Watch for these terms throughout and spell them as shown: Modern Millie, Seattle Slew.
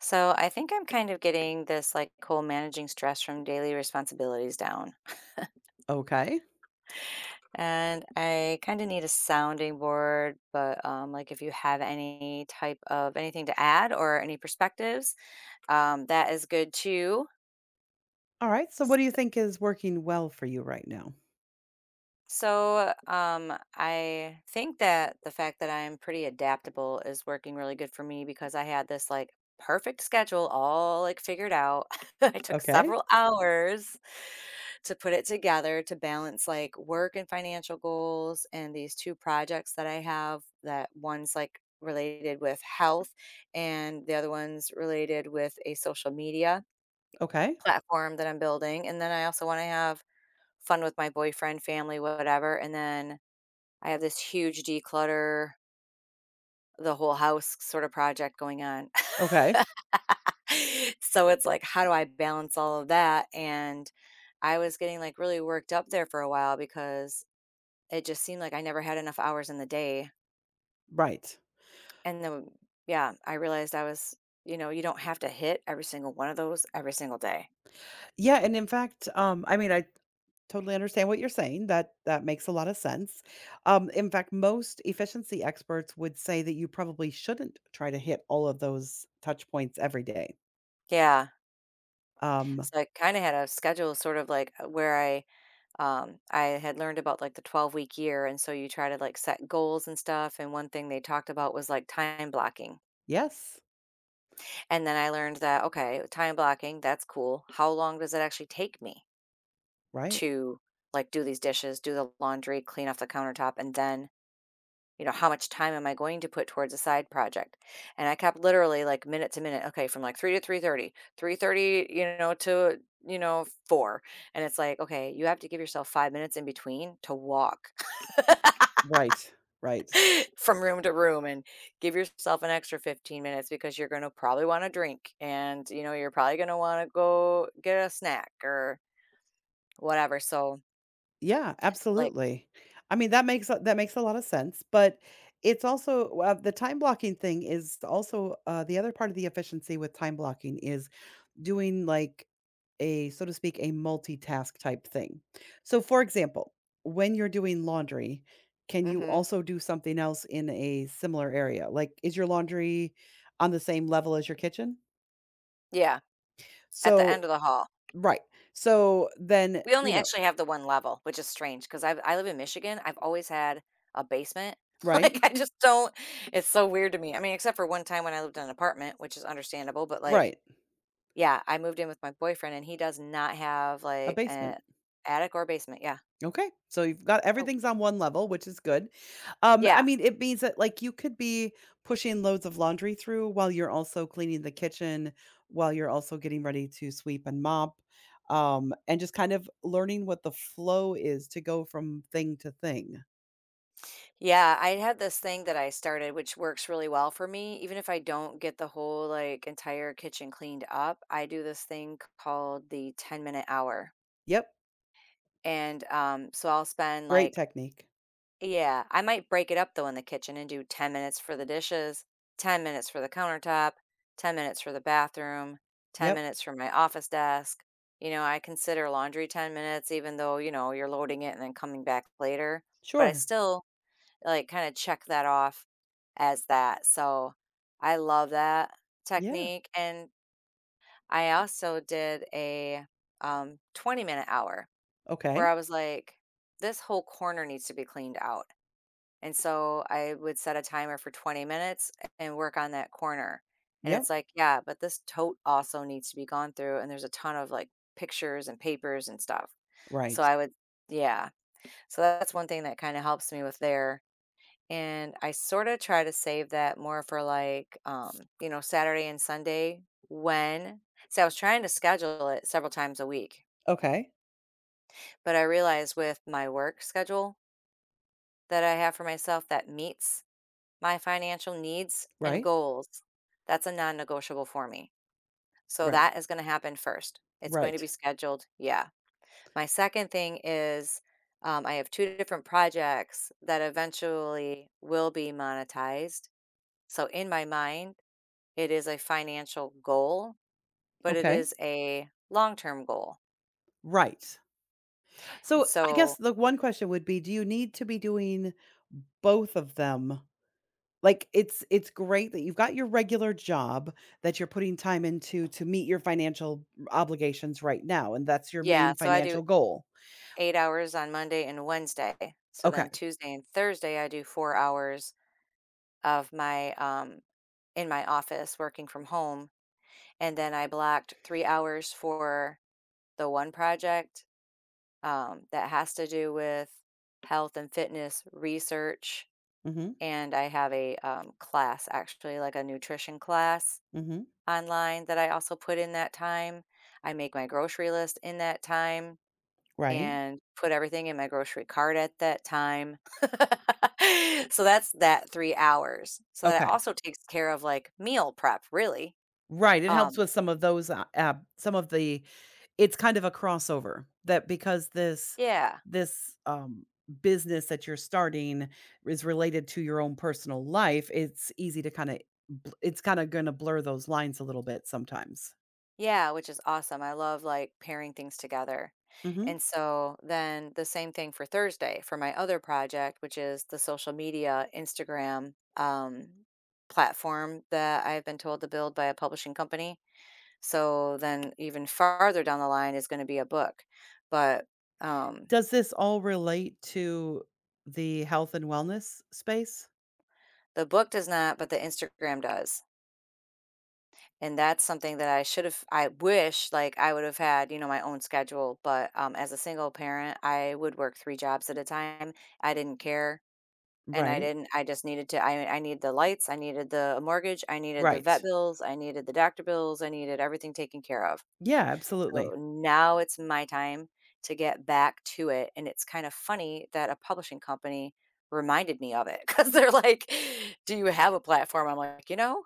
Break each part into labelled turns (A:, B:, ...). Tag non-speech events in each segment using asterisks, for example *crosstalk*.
A: So I think I'm kind of getting this like whole managing stress from daily responsibilities down.
B: Okay.
A: And I kind of need a sounding board, but like if you have any type of anything to add or any perspectives, that is good too.
B: All right. So what do you think is working well for you right now?
A: So, I think that the fact that I am pretty adaptable is working really good for me because I had this like perfect schedule all like figured out. *laughs* I took
B: Okay.
A: several hours to put it together to balance like work and financial goals and these two projects that I have that one's like related with health and the other one's related with a social media
B: Okay.
A: platform that I'm building. And then I also want to have fun with my boyfriend, family, whatever. And then I have this huge declutter the whole house sort of project going on.
B: Okay.
A: *laughs* So it's like, how do I balance all of that? And I was getting like really worked up there for a while because it just seemed like I never had enough hours in the day.
B: Right.
A: And then, yeah, I realized I was, you know, you don't have to hit every single one of those every single day.
B: Yeah, and in fact, I mean, I totally understand what you're saying. That makes a lot of sense. In fact, most efficiency experts would say that you probably shouldn't try to hit all of those touch points every day.
A: Yeah.
B: Um,
A: So I kind of had a schedule sort of like where I had learned about like the 12-week year. And so you try to like set goals and stuff. And one thing they talked about was like time blocking.
B: yes,
A: And then I learned that, okay, time blocking, that's cool. How long does it actually take me
B: right.
A: to like do these dishes, do the laundry, clean off the countertop? And then, how much time am I going to put towards a side project? And I kept literally like minute to minute, okay, from like 3 to 3:30, 3:30, to, 4. And it's like, okay, you have to give yourself 5 minutes in between to walk
B: Right. Right.
A: *laughs* from room to room and give yourself an extra 15 minutes because you're going to probably want to drink and you're probably going to want to go get a snack or whatever, so
B: Yeah,
A: like,
B: absolutely. I mean, that makes a lot of sense, but it's also the time blocking thing is also the other part of the efficiency with time blocking is doing like a, so to speak, a multitask type thing. So, for example, when you're doing laundry, can you
A: mhm,
B: also do something else in a similar area? Like, is your laundry on the same level as your kitchen?
A: yeah, at the
B: So,
A: end of the hall
B: right. So then,
A: we only
B: you know,
A: actually have the one level, which is strange because I live in Michigan. I've always had a basement. *laughs*
B: right,
A: Like, I just don't, it's so weird to me. I mean, except for one time when I lived in an apartment, which is understandable, but like,
B: right,
A: yeah, I moved in with my boyfriend and he does not have
B: a
A: like an
B: basement.
A: attic or basement, yeah,
B: Okay, so you've got
A: so,
B: everything's on one level, which is good. I
A: yeah.
B: mean, it means that like you could be pushing loads of laundry through while you're also cleaning the kitchen, while you're also getting ready to sweep and mop, and just kind of learning what the flow is to go from thing to thing.
A: Yeah, I had this thing that I started which works really well for me. Even if I don't get the whole, like, entire kitchen cleaned up, I do this thing c called the 10-minute hour,
B: Yep,
A: and, so I'll spend,
B: great
A: like,
B: technique.
A: yeah, I might break it up, though, in the kitchen and do 10 minutes for the dishes, 10 minutes for the countertop, 10 minutes for the bathroom, 10
B: Yep,
A: minutes for my office desk. You know, I consider laundry 10 minutes even though, you're loading it and then coming back later, but I
B: sure.
A: still, like, kinda check that off as that, so I love that
B: Yeah.
A: technique, and I also did a, 20-minute hour where I
B: Okay.
A: was like, "This whole corner needs to be cleaned out," and so I would set a timer for 20 minutes and work on that corner, and it's
B: Yep.
A: like, "Yeah, but this tote also needs to be gone through, and there's a ton of, like, pictures and papers and stuff," so
B: Right.
A: I would, yeah, so that's one thing that kinda helps me with there. And I sort of try to save that more for like, Saturday and Sunday when, see, I was trying to schedule it several times a week,
B: Okay.
A: but I realized with my work schedule that I have for myself that meets my financial needs and
B: Right.
A: goals, that's a non negotiable for me. So
B: Right.
A: that is going to happen first. It's going to
B: Right.
A: be scheduled. Yeah. My second thing is I have 2 different projects that eventually will be monetized. So in my mind, it is a financial goal, but it
B: Okay.
A: is a long-term goal.
B: Right.
A: And
B: So, I guess
A: so,
B: the one question would be, do you need to be doing both of them? Like, it's great that you've got your regular job that you're putting time into to meet your financial obligations right now, and that's your main
A: yeah, so I do
B: financial goal.
A: 8 hours on Monday and Wednesday. So
B: Okay.
A: then Tuesday and Thursday, I do 4 hours of my, in my office working from home, and then I blocked 3 hours for the one project, that has to do with health and fitness research,
B: Mhm.
A: and I have a, class actually, like a nutrition class
B: Mhm.
A: online that I also put in that time. I make my grocery list in that time
B: Right.
A: and put everything in my grocery cart at that time. *laughs* So that's that 3 hours. So that
B: Okay.
A: also takes care of, like, meal prep, really.
B: Right, it helps
A: Um
B: with some of those, ab some of the it's kind of a crossover that because this
A: Yeah,
B: this, um, business that you're starting is related to your own personal life, it's easy to kinda it's kinda gonna blur those lines a little bit sometimes.
A: yeah, which is awesome. I love, like, pairing things together.
B: Mhm.
A: And so then the same thing for Thursday for my other project, which is the social media Instagram, platform that I've been told to build by a publishing company. So then even farther down the line is going to be a book. But um,
B: Does this all relate to the health and wellness space?
A: the book does not, but the Instagram does. And that's something that I should have, I wish like I would have had, you know, my own schedule. But as a single parent, I would work 3 jobs at a time. I didn't care. And I
B: Right,
A: didn't, I just needed to, I needed the lights, I needed the mortgage, I needed the
B: right.
A: vet bills, I needed the doctor bills, I needed everything taken care of.
B: Yeah, absolutely.
A: So now it's my time to get back to it, and it's kind of funny that a publishing company reminded me of it *laughs* because 'cause they're like, "Do you have a platform?" I'm like, "You know,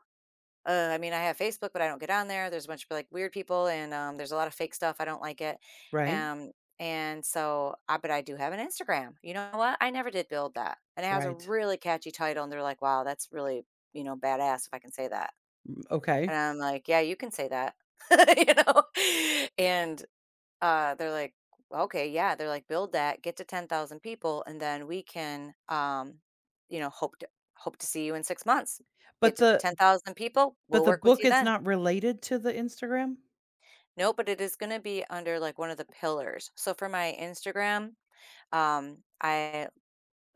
A: I mean, I have Facebook, but I don't get on there. There's a bunch of, like, weird people, and, there's a lot of fake stuff. I don't like it."
B: Right,
A: Um, and so I, but I do have an Instagram. You know what? I never did build that, and it has a
B: right.
A: really catchy title, and they're like, "Wow, that's really, you know, badass if I can say that."
B: Mm, okay.
A: And I'm like, "Yeah, you can say that." *laughs* You know? *laughs* And they're like, okay, yeah, they're like, build that, get to 10,000 people, and then we can, you know, hope to, hope to see you in 6 months. Get
B: But
A: to
B: the
A: 10,000 people,
B: but
A: we'll
B: the
A: work with
B: book
A: you
B: is
A: then.
B: not related to the Instagram?
A: No, but it is going to be under like one of the pillars. So for my Instagram, I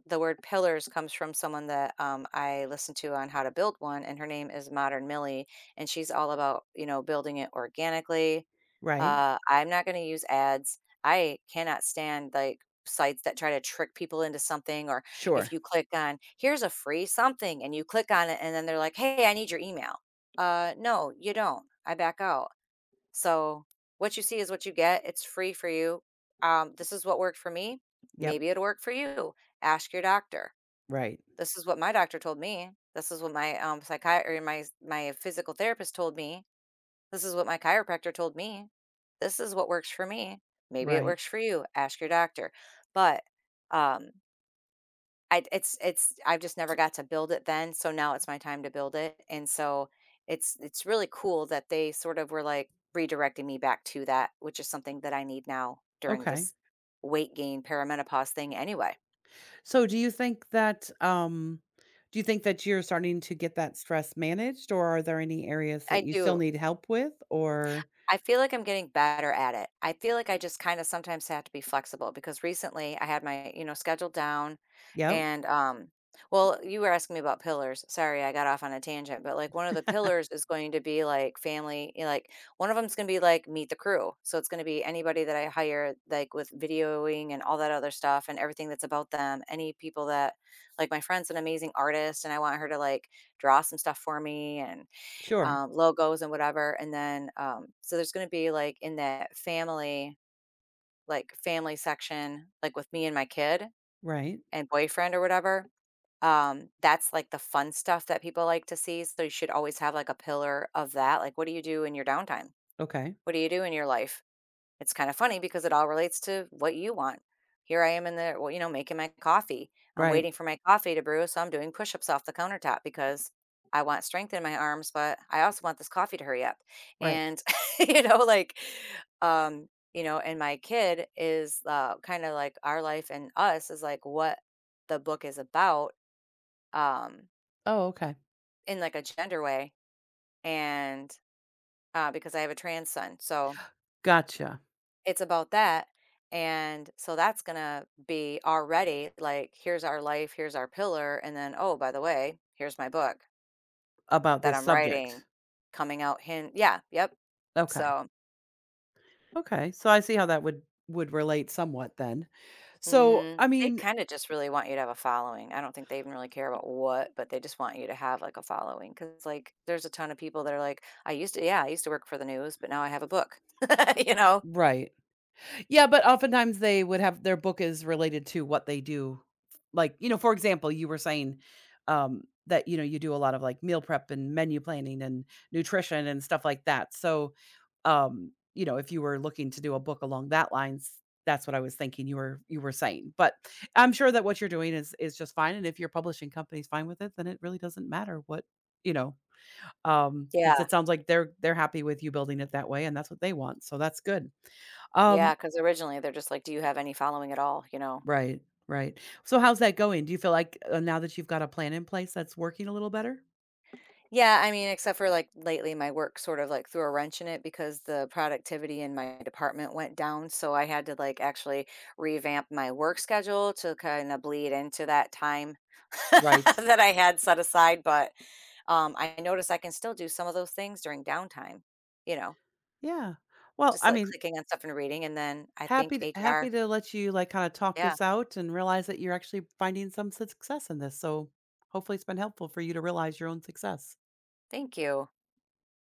A: the word pillars comes from someone that I listen to on how to build one, and her name is Modern Millie, and she's all about building it organically.
B: Right.
A: I'm not going to use ads. I cannot stand like sites that try to trick people into something, or if
B: Sure.
A: you click on here's a free something and you click on it, and then they're like, hey, I need your email. No, you don't. I back out. So what you see is what you get. It's free for you. This is what worked for me.
B: Yep.
A: Maybe it'll work for you. Ask your doctor.
B: Right.
A: This is what my doctor told me. This is what my psychiatrist, or my physical therapist told me. This is what my chiropractor told me. This is what works for me. Maybe it
B: Right.
A: works for you. Ask your doctor. But um, I it's I've just never got to build it then, so now it's my time to build it, and so it's really cool that they sort of were, like, redirecting me back to that, which is something that I need now during
B: Okay.
A: this weight gain perimenopause thing anyway.
B: So do you think that do you think that you're starting to get that stress managed, or are there any areas that
A: I
B: you still
A: do.
B: need help with or
A: I feel like I'm getting better at it. I feel like I just kind of sometimes have to be flexible because recently I had my, schedule down
B: yep. *laughs*
A: and well, you were asking me about pillars. Sorry, I got off on a tangent, but like one of the pillars is going to be like family, like one of them's going to be like meet the crew. So it's going to be anybody that I hire like with videoing and all that other stuff and everything that's about them. Any people that, like, my friend's an amazing artist and I want her to like draw some stuff for me and
B: Sure.
A: logos and whatever. And then, so there's going to be like in that family, like family section, like with me and my kid
B: Right.
A: and boyfriend or whatever. That's like the fun stuff that people like to see. So you should always have like a pillar of that. Like, what do you do in your downtime?
B: Okay.
A: What do you do in your life? It's kind of funny because it all relates to what you want. Here I am, in the well, you know, making my coffee. I'm
B: Right.
A: waiting for my coffee to brew, so I'm doing push-ups off the countertop because I want strength in my arms, but I also want this coffee to hurry up.
B: Right.
A: And *laughs* you know, like um, and my kid is kind of like our life, and us is like what the book is about, um
B: Oh, okay.
A: in like a gender way, and because I have a trans son. So
B: Gotcha.
A: it's about that, and so that's gonna be already, like, here's our life, here's our pillar, and then, "Oh, by the way, here's my book
B: About
A: that
B: this
A: I'm writing,
B: subject.
A: coming out Hint, Yeah, yep."
B: Okay.
A: So
B: Okay. So I see how that would relate somewhat then. So,
A: mhm.
B: I
A: They
B: mean,
A: kinda just really want you to have a following. I don't think they even really care about what, but they just want you to have, like, a following because like, there's a ton of people that are like, "I used to, yeah, I used to work for the news, but now I have a book." *laughs* You know?
B: right. Yeah, but oftentimes they would have their book is related to what they do. Like, you know, for example, you were saying, that, you know, you do a lot of, like, meal prep and menu planning and nutrition and stuff like that. So, you know, if you were looking to do a book along that lines, that's what I was thinking you were saying. But I'm sure that what you're doing is just fine, and if your publishing company's fine with it, then it really doesn't matter what you know, because
A: Yeah.
B: it sounds like they're happy with you building it that way, and that's what they want, so that's good. Um
A: Yeah. Because originally they're just like, "Do you have any following at all?" You know?
B: Right, right. So how's that going? Do you feel like, now that you've got a plan in place that's working a little better?
A: Yeah, I mean, except for like lately, my work sort of like threw a wrench in it because the productivity in my department went down. So I had to like actually revamp my work schedule to kind of bleed into that time *laughs*
B: Right.
A: that I had set aside. But I noticed I can still do some of those things during downtime, you know,
B: Yeah. Well,
A: just
B: I
A: like
B: mean,
A: clicking on stuff and reading. And then I think
B: happy
A: HR,
B: to let you, like, kinda talk
A: yeah,
B: this out and realize that you're actually finding some success in this, so hopefully it's been helpful for you to realize your own success.
A: thank you.